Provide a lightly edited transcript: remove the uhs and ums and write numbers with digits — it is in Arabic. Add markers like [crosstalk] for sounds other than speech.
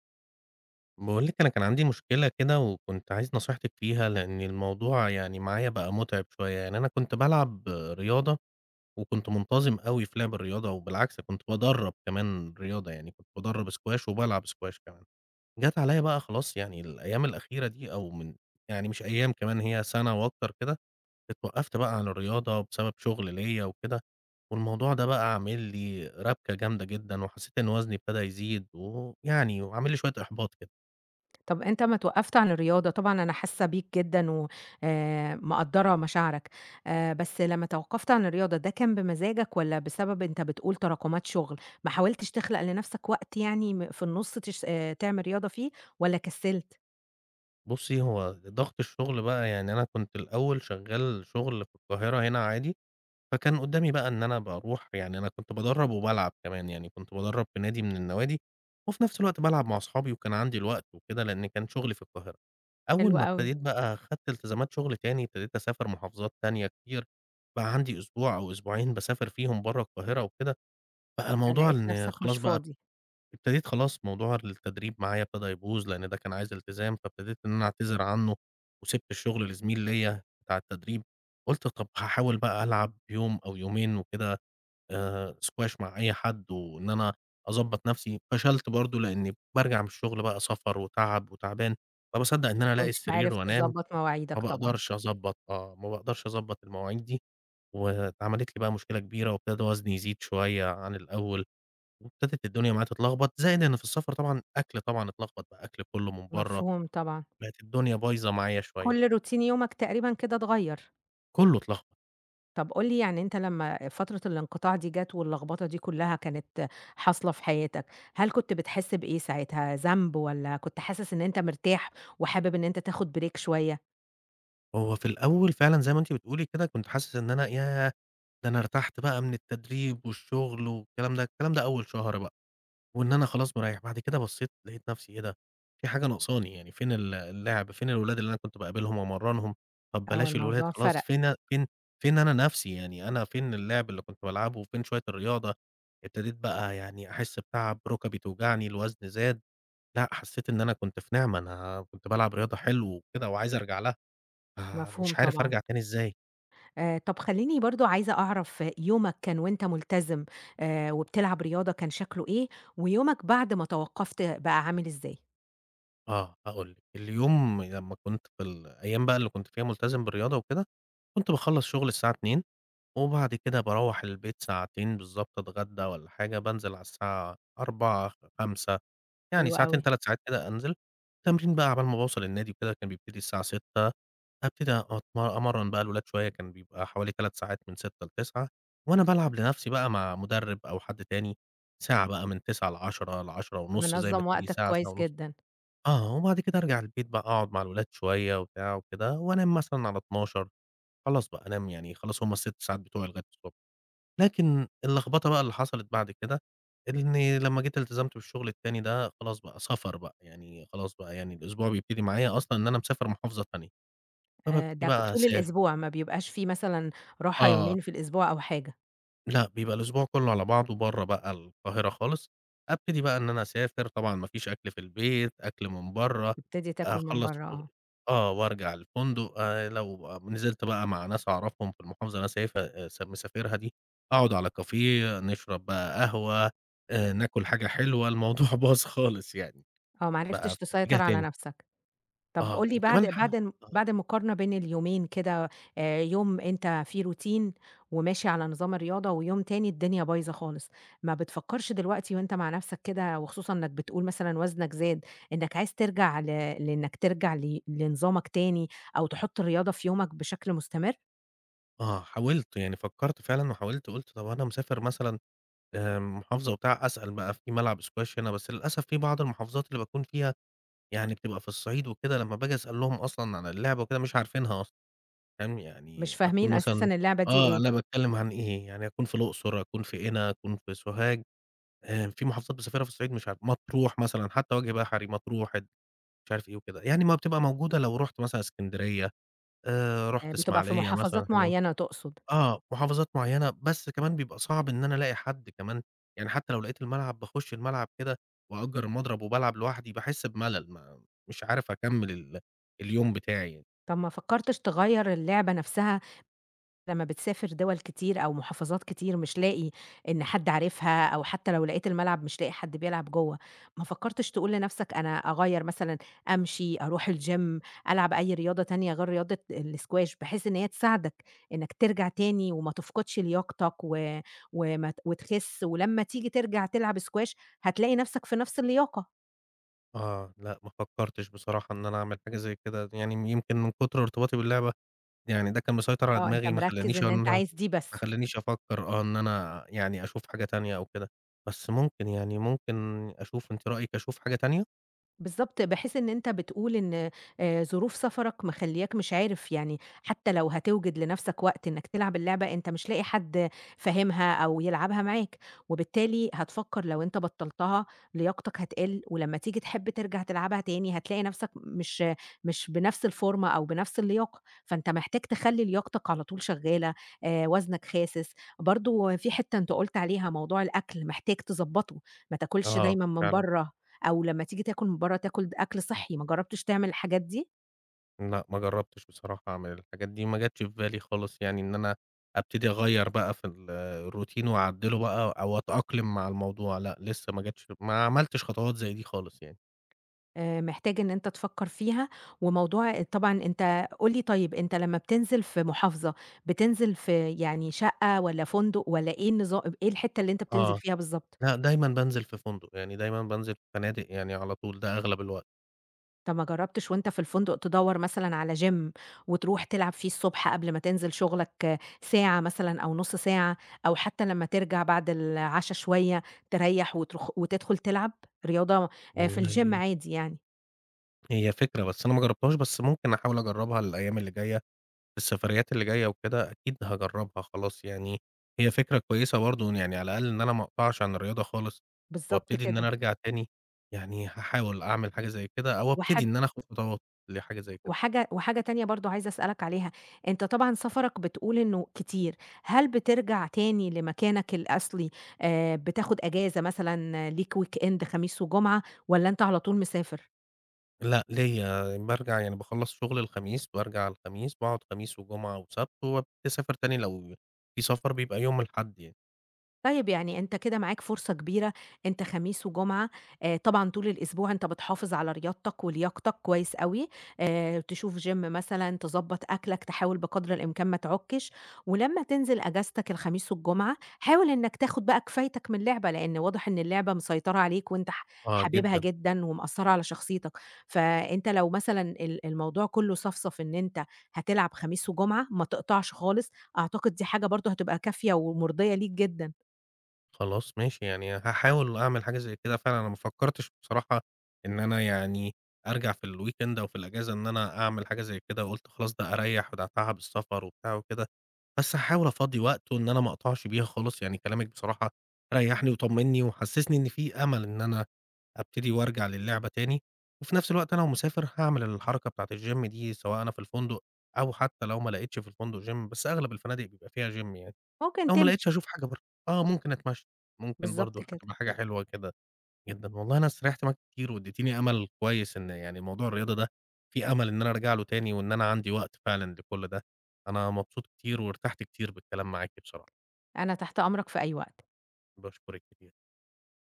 باقول لِك أنا كان عندي مشكلة كده وكنت عايز نصيحتِك فيها، لإن الموضوع يعني معايا بقى مُتعب شوية، يعني أنا كنت بالعب رياضة وكنت منتظم أوي في لعب الرياضة، وبالعكس كنت بادرّب كمان رياضة، يعني كنت بادرّب squash وبالعب squash كمان. جات عليّا بقى خلاص يعني الأيام الأخيرة دي أو من يعني مش أيام كمان هي سَنة وأكتر كده، اتوقّفت بقى عن الرياضة بسبب شغل ليّا وكده، والموضوع ده بقى عامل لي رَبْكة جامدة جدًا، وحسّيت إن وزني ابتدى يزيد، ويعني وعامل لي شوية إحباط كده. طب أنت أمّا اتوقّفت عن الرياضة، طبعًا أنا حاسة بيك جدًا و مقدّرة مشاعرك، بس لمّا توقّفت عن الرياضة ده كان بمزاجك والّا بسبب أنت بتقول تراكمات شُغل، ما حاولتش تخلق لنفسك وقت يعني في النُص تش تعمل رياضة فيه والّا كسّلت؟ بُصّي، هو ضغط الشغل بقى يعني أنا كنت الأول شغّال شغل في القاهرة هنا عادي، فكان قدّامي بقى إن أنا باروح يعني أنا كنت بادرّب وبالعب كمان، يعني كنت بادرّب في نادي من النوادي، وفي نفس الوقت بالعب مع أصحابي وكان عندي الوقت وكده، لإن كان شغلي في القاهرة. أول حلو ما أوي، ابتديت بقى خدت التزامات شغل تاني، ابتديت أسافر محافظات تانية كتير، بقى عندي أسبوع أو أسبوعين باسافر فيهم برّه القاهرة وكده، بقى الموضوع فلقيت إن نفسك خلاص مش بقى فاضي، ابتديت خلاص موضوع التدريب معايا ابتدى يبوظ، لإن ده كان عايز التزام، فابتديت إن أنا أعتذر عنه، وسِبت الشغل لزميل ليّا بتاع التدريب، قُلت طب هاحاول بقى ألعب يوم أو يومين وكده squash مع أي حد وإن أنا أضبّط نَفْسي، فشلت برضه لإنّي بارجع من الشغل بقى سَفَر وتعب وتعبان، فباصدّق إن ما أنا ألاقي كنتش السرير عارف وأنام، تضبّط ما مواعيدك طبعًا، باقدرش أضبّط آه، ما باقدرش أضبّط المواعيد دي، واتعملِت لي بقى مشكلة كبيرة وابتدى وزني يزيد شوية عن الأول. وابتدت الدنيا معاه تتلخبط، زائد إن في السفر طبعًا أكل طبعًا اتلخبط بقى أكل كُلّه من برّه، مفهوم طبعًا، بقت الدنيا بايظة معايا شوية، كل روتين يومك تقريبًا كده اتغيّر. كُلّه اتلخبط. طب قُل لي يعني أنت لمّا فترة الانقطاع دي جات واللخبطة دي كلّها كانت حاصلة في حياتك، هل كنت بتحس بإيه ساعتها، ذنب والّا كنت حاسس إن أنت مرتاح وحابب إن أنت تاخد break شوية؟ هو في الأول فعلًا زي ما أنتِ بتقولي كده كنت حاسس إن أنا ياه! ده أنا ارتحت بقى من التدريب والشغل والكلام ده، الكلام ده أول شهر وإن أنا خلاص مريّح، بعد كده بصّيت لقيت نفسي إيه ده! في حاجة ناقصاني، يعني فين اللعب، فين الولاد اللي أنا كنت باقابلهم وأمرّنهم، طب آه، بلاش الولاد الموضوع خلاص، فرق، فين أنا نفسي، يعني أنا فين اللعب اللي كنت بالعبه، وفين شوية الرياضة، ابتديت بقى يعني أحس بتعب، رُكبي توجعني، الوزن زاد، لأ حسّيت إن أنا كنت في نعمة، أنا كنت بالعب رياضة حلو وكده وعايز أرجع لها، مفهوم فمش عارف طبعًا. أرجع تاني إزاي؟ طب خلّيني برضه عايزة أعرف يومك كان وأنت ملتزم وبتلعب رياضة كان شكله إيه، ويومك بعد ما توقّفت بقى عامل إزاي؟ آه، هاقول لِك، اليوم لمّا كنت في الأيام بقى اللي كنت فيها ملتزم بالرياضة وكده، كنت باخلّص شغل الساعة 14:00 وبعد كده باروّح البيت ساعتين بالضبط أتغدى والّا حاجة، بانزل على الساعة 16:00، 17:00 يعني حلو ساعتين، أوي، 3 ساعات كده أنزل. تمرين بقى عقبال ما باوصل النادي وكده كان بيبتدي الساعة 18:00، أبتدي أمرّن بقى الولاد شوية، كان بيبقى حوالي 3 ساعات من 18:00 ل21:00 وأنا بالعب لنفسي بقى مع مُدرِّب أو حد تاني ساعة بقى من 09:00 ل22:00 ل22:30 زي ما منظّم تيجي، وقتك ساعة، ساعة كويس ونُص. جدًا. آه، وبعد كده أرجع البيت بقى أقعد مع الولاد شوية وبتاع وكده وأنام مثلًا على 00:00، خلاص بقى أنام يعني خلاص هم ال6 ساعات بتوعي لغاية الصبح. لكن اللخبطة بقى اللي حصلت بعد كده، إني لمّا جيت التزمت بالشغل التاني ده خلاص بقى سفر بقى، يعني خلاص بقى يعني الأسبوع بيبتدي معايا أصلًا إن أنا مسافر محافظة تانية، فبابتدي ده بقى طول أسافر الأسبوع ما بيبقاش في مثلًا راحة آه، يومين في الأسبوع أو حاجة؟ لأ، بيبقى الأسبوع كلّه على بعضه برّه بقى القاهرة خالص، أبتدي بقى إن أنا أسافر، طبعًا ما فيش أكل في البيت، أكل من برّه، تبتدي تاكل من أخلّص برّه شغل آه، آه، وأرجع الفندق لو آه، نزلت بقى مع ناس أعرفهم في المحافظة اللي أنا سايفها س مسافرها دي، أقعد على كافيه، نشرب بقى قهوة، ناكل حاجة حلوة، الموضوع [laughs] باظ خالص يعني، آه، ما بقى عرفتش في اتجاه تسيطر على تاني، نفسك. طب قُل آه، لي بعد وكمان ح آه، المقارنة بين اليومين كده يوم أنت فيه routine وماشي على نظام الرياضة، ويوم تاني الدنيا بايظة خالص، ما بتفكّرش دلوقتي وأنت مع نفسك كده، وخصوصًا إنك بتقول مثلًا وزنك زاد، إنك عايز ترجع ل لإنك ترجع ل لنظامك تاني، أو تحط الرياضة في يومك بشكل مستمر؟ آه، حاولت يعني فكّرت فعلًا وحاولت قُلت طَب أنا مسافر مثلًا محافظة وبتاع، أسأل بقى في ملعب squash هنا، بس للأسف في بعض المحافظات اللي باكون فيها يعني بتبقى في الصعيد وكده، لمّا باجي أسألهم أصلًا عن اللعبة وكده مش عارفينها أصلًا، فاهم؟ مش يعني أكون فاهمين مثلًا أساسًا اللعبة دي آه، إيه، أنا باتكلم عن إيه، يعني أكون في الأقصر، أكون في قنا، أكون في سوهاج، في محافظات باسافرها في الصعيد مش عارف مطروح مثلًا، حتى وجه بحري، مطروح، مش عارف إيه وكده، يعني ما بتبقى موجودة لو رُحت مثلًا إسكندرية، رُحت بتبقى في إسماعيلية مثلًا، محافظات حاجة معيّنة تقصد. آه، محافظات معيّنة، بس كمان بيبقى صعب إن أنا ألاقي حد كمان، يعني حتى لو لقيت الملعب باخُش الملعب كده وأأجر المضرب وبالعب لوحدي، باحس بملل، ما مش عارف أكمّل اليوم بتاعي يعني. طب ما فكّرتش تغيّر اللعبة نفسها؟ لمّا بتسافر دول كتير أو محافظات كتير مش لاقي إن حد عارفها، أو حتى لو لقيت الملعب مش لاقي حد بيلعب جوّه، ما فكّرتش تقول لنفْسك أنا أغيّر مثلًا أمشي، أروح الgym، ألعب أي رياضة تانية غير رياضة الsquash بحيث إن هي تساعدك إنك ترجع تاني وما تفقدش لياقتك و وما ت وتخس، ولمّا تيجي ترجع تلعب squash هتلاقي نفْسك في نفْس اللياقة، آه، لأ ما فكّرتش بصراحة إن أنا أعمل حاجة زي كده، يعني يمكن من كتر ارتباطي باللعبة، يعني ده كان مسيطر على آه أنت دماغي مركّز إن أنت عايز دي بس. ما خلّانيش أفكّر إن أنا يعني أشوف حاجة تانية أو كده، بس يعني ممكن أشوف أنتِ رأيِك أشوف حاجة تانية؟ بالضبط، باحيث إن أنت بتقول إن ظروف سفرك مخلّياك مش عارف يعني حتى لو هتوجد لنفسك وقت إنك تلعب اللعبة، أنت مش لاقي حد فاهمها أو يلعبها معاك، وبالتالي هتفكّر لو أنت بطّلتها لياقتك هتقِل، ولمّا تيجي تحب ترجع تلعبها تاني هتلاقي نفسك مش بنفس الفورمة أو بنفس اللياقة، فأنت محتاج تخلّي لياقتك على طول شغّالة، وزنك خاسس، برضه في حتّة أنت قُلت عليها موضوع الأكل محتاج تضبّطه، ما تاكلش آه، دايمًا من فعلًا. برّه. أو لمّا تيجي تاكل من برّه تاكل أكل صحّي، ما جرّبتش تعمل الحاجات دي؟ لأ، ما جرّبتش بصراحة أعمل الحاجات دي، ما جاتش في بالي خالص يعني إن أنا أبتدي أغيّر بقى في الروتين وأعدّله بقى أو أتأقلم مع الموضوع، لأ، لسه ما جاتش ما عملتش خطوات زي دي خالص يعني. محتاج إن أنت تفكّر فيها، وموضوع طبعًا أنت قُل لي طيب أنت لمّا بتنزل في محافظة، بتنزل في يعني شقة والّا فندق والّا إيه الحتّة اللي أنت بتنزل آه. فيها بالضبط؟ لأ، دايمًا بانزل في فندق، يعني دايمًا بانزل في فنادق يعني على طول، ده أغلب الوقت. طَب ما جرّبتش وأنت في الفندق تدوّر مثلًا على gym وتروح تلعب فيه الصبح قبل ما تنزل شغلك آه، ساعة مثلًا أو نُص ساعة، أو حتّى لمّا ترجع بعد العشا شوية تريّح وتروح وتدخل تلعب رياضة في الgym والله عادي يعني؟ هي فكرة، بس أنا ما جرّبتهاش، بس ممكن أحاول أجرّبها الأيام اللي جاية السفريات اللي جاية وكده أكيد هاجرّبها خلاص يعني، هي فكرة كويسة برضه يعني على الأقل إن أنا ما أقطعش عن الرياضة خالص، بالضبط وأبتدي إن أنا كده. أرجع تاني، يعني هاحاول أعمل حاجة زي كده أو أبتدي وحاج إن أنا آخُد خطوات لحاجة زي كده. وحاجة تانية برضه عايزة أسألك عليها، أنت طبعًا سفرك بتقول إنه كتير، هل بترجع تاني لمكانك الأصلي بتاخد أجازة مثلًا ليك weekend خميس وجمعة والّا أنت على طول مسافر؟ لأ ليّا بارجع يعني باخلّص شغل الخميس، بارجع الخميس، باقعد خميس وجمعة وسبت وباسافر تاني لو في سفر بيبقى يوم الأحد يعني. طيب يعني أنت كده معاك فرصة كبيرة، أنت خميس وجمعة طبعًا طول الأسبوع أنت بتحافظ على رياضتك ولياقتك كويس أوي، تشوف gym مثلًا، تضبّط أكلك، تحاول بقدر الإمكان ما تعُكِّش، ولمّا تنزل أجازتك الخميس والجمعة، حاول إنك تاخد بقى كفايتك من اللعبة، لإن واضح إن اللعبة مسيطرة عليك وأنت آه حاببها جدًا. جدًا ومأثّرة على شخصيتك، فأنت لو مثلًا الموضوع كلّه صفصف إن أنت هتلعب خميس وجمعة، ما تقطعش خالص، أعتقد دي حاجة برضه هتبقى كافية ومرضية ليك جدًا. خلاص ماشي، يعني هاحاول أعمل حاجة زي كده فعلًا، أنا ما فكّرتش بصراحة إن أنا يعني أرجع في الweekend أو في الأجازة إن أنا أعمل حاجة زي كده، وقُلت خلاص ده أريّح وده أتعب السفر وبتاع وكده، بس هاحاول أفضّي وقت وإن أنا ما أقطعش بيها خالص، يعني كلامِك بصراحة ريّحني وطمّني وحسّسني إن في أمل إن أنا أبتدي وأرجع للعبة تاني، وفي نفس الوقت أنا لو مسافر هاعمل الحركة بتاعة الgym دي سواء أنا في الفندق أو حتى لو ما لقيتش في الفندق gym، بس أغلب الفنادق بيبقى فيها gym يعني. ممكن لو ما لقيتش تمشي، هاشوف حاجة برّه، آه ممكن أتمشى، ممكن بالضبط برضه كده، هتبقى حاجة حلوة كده جدًا، والله أنا استريّحت معاك كتير وادّيتيني أمل كويس إن يعني موضوع الرياضة ده في أمل إن أنا أرجع له تاني وإن أنا عندي وقت فعلًا لكل ده، أنا مبسوط كتير وارتحت كتير بالكلام معاكِ بصراحة، أنا تحت أمرك في أي وقت. باشكرِك كتير.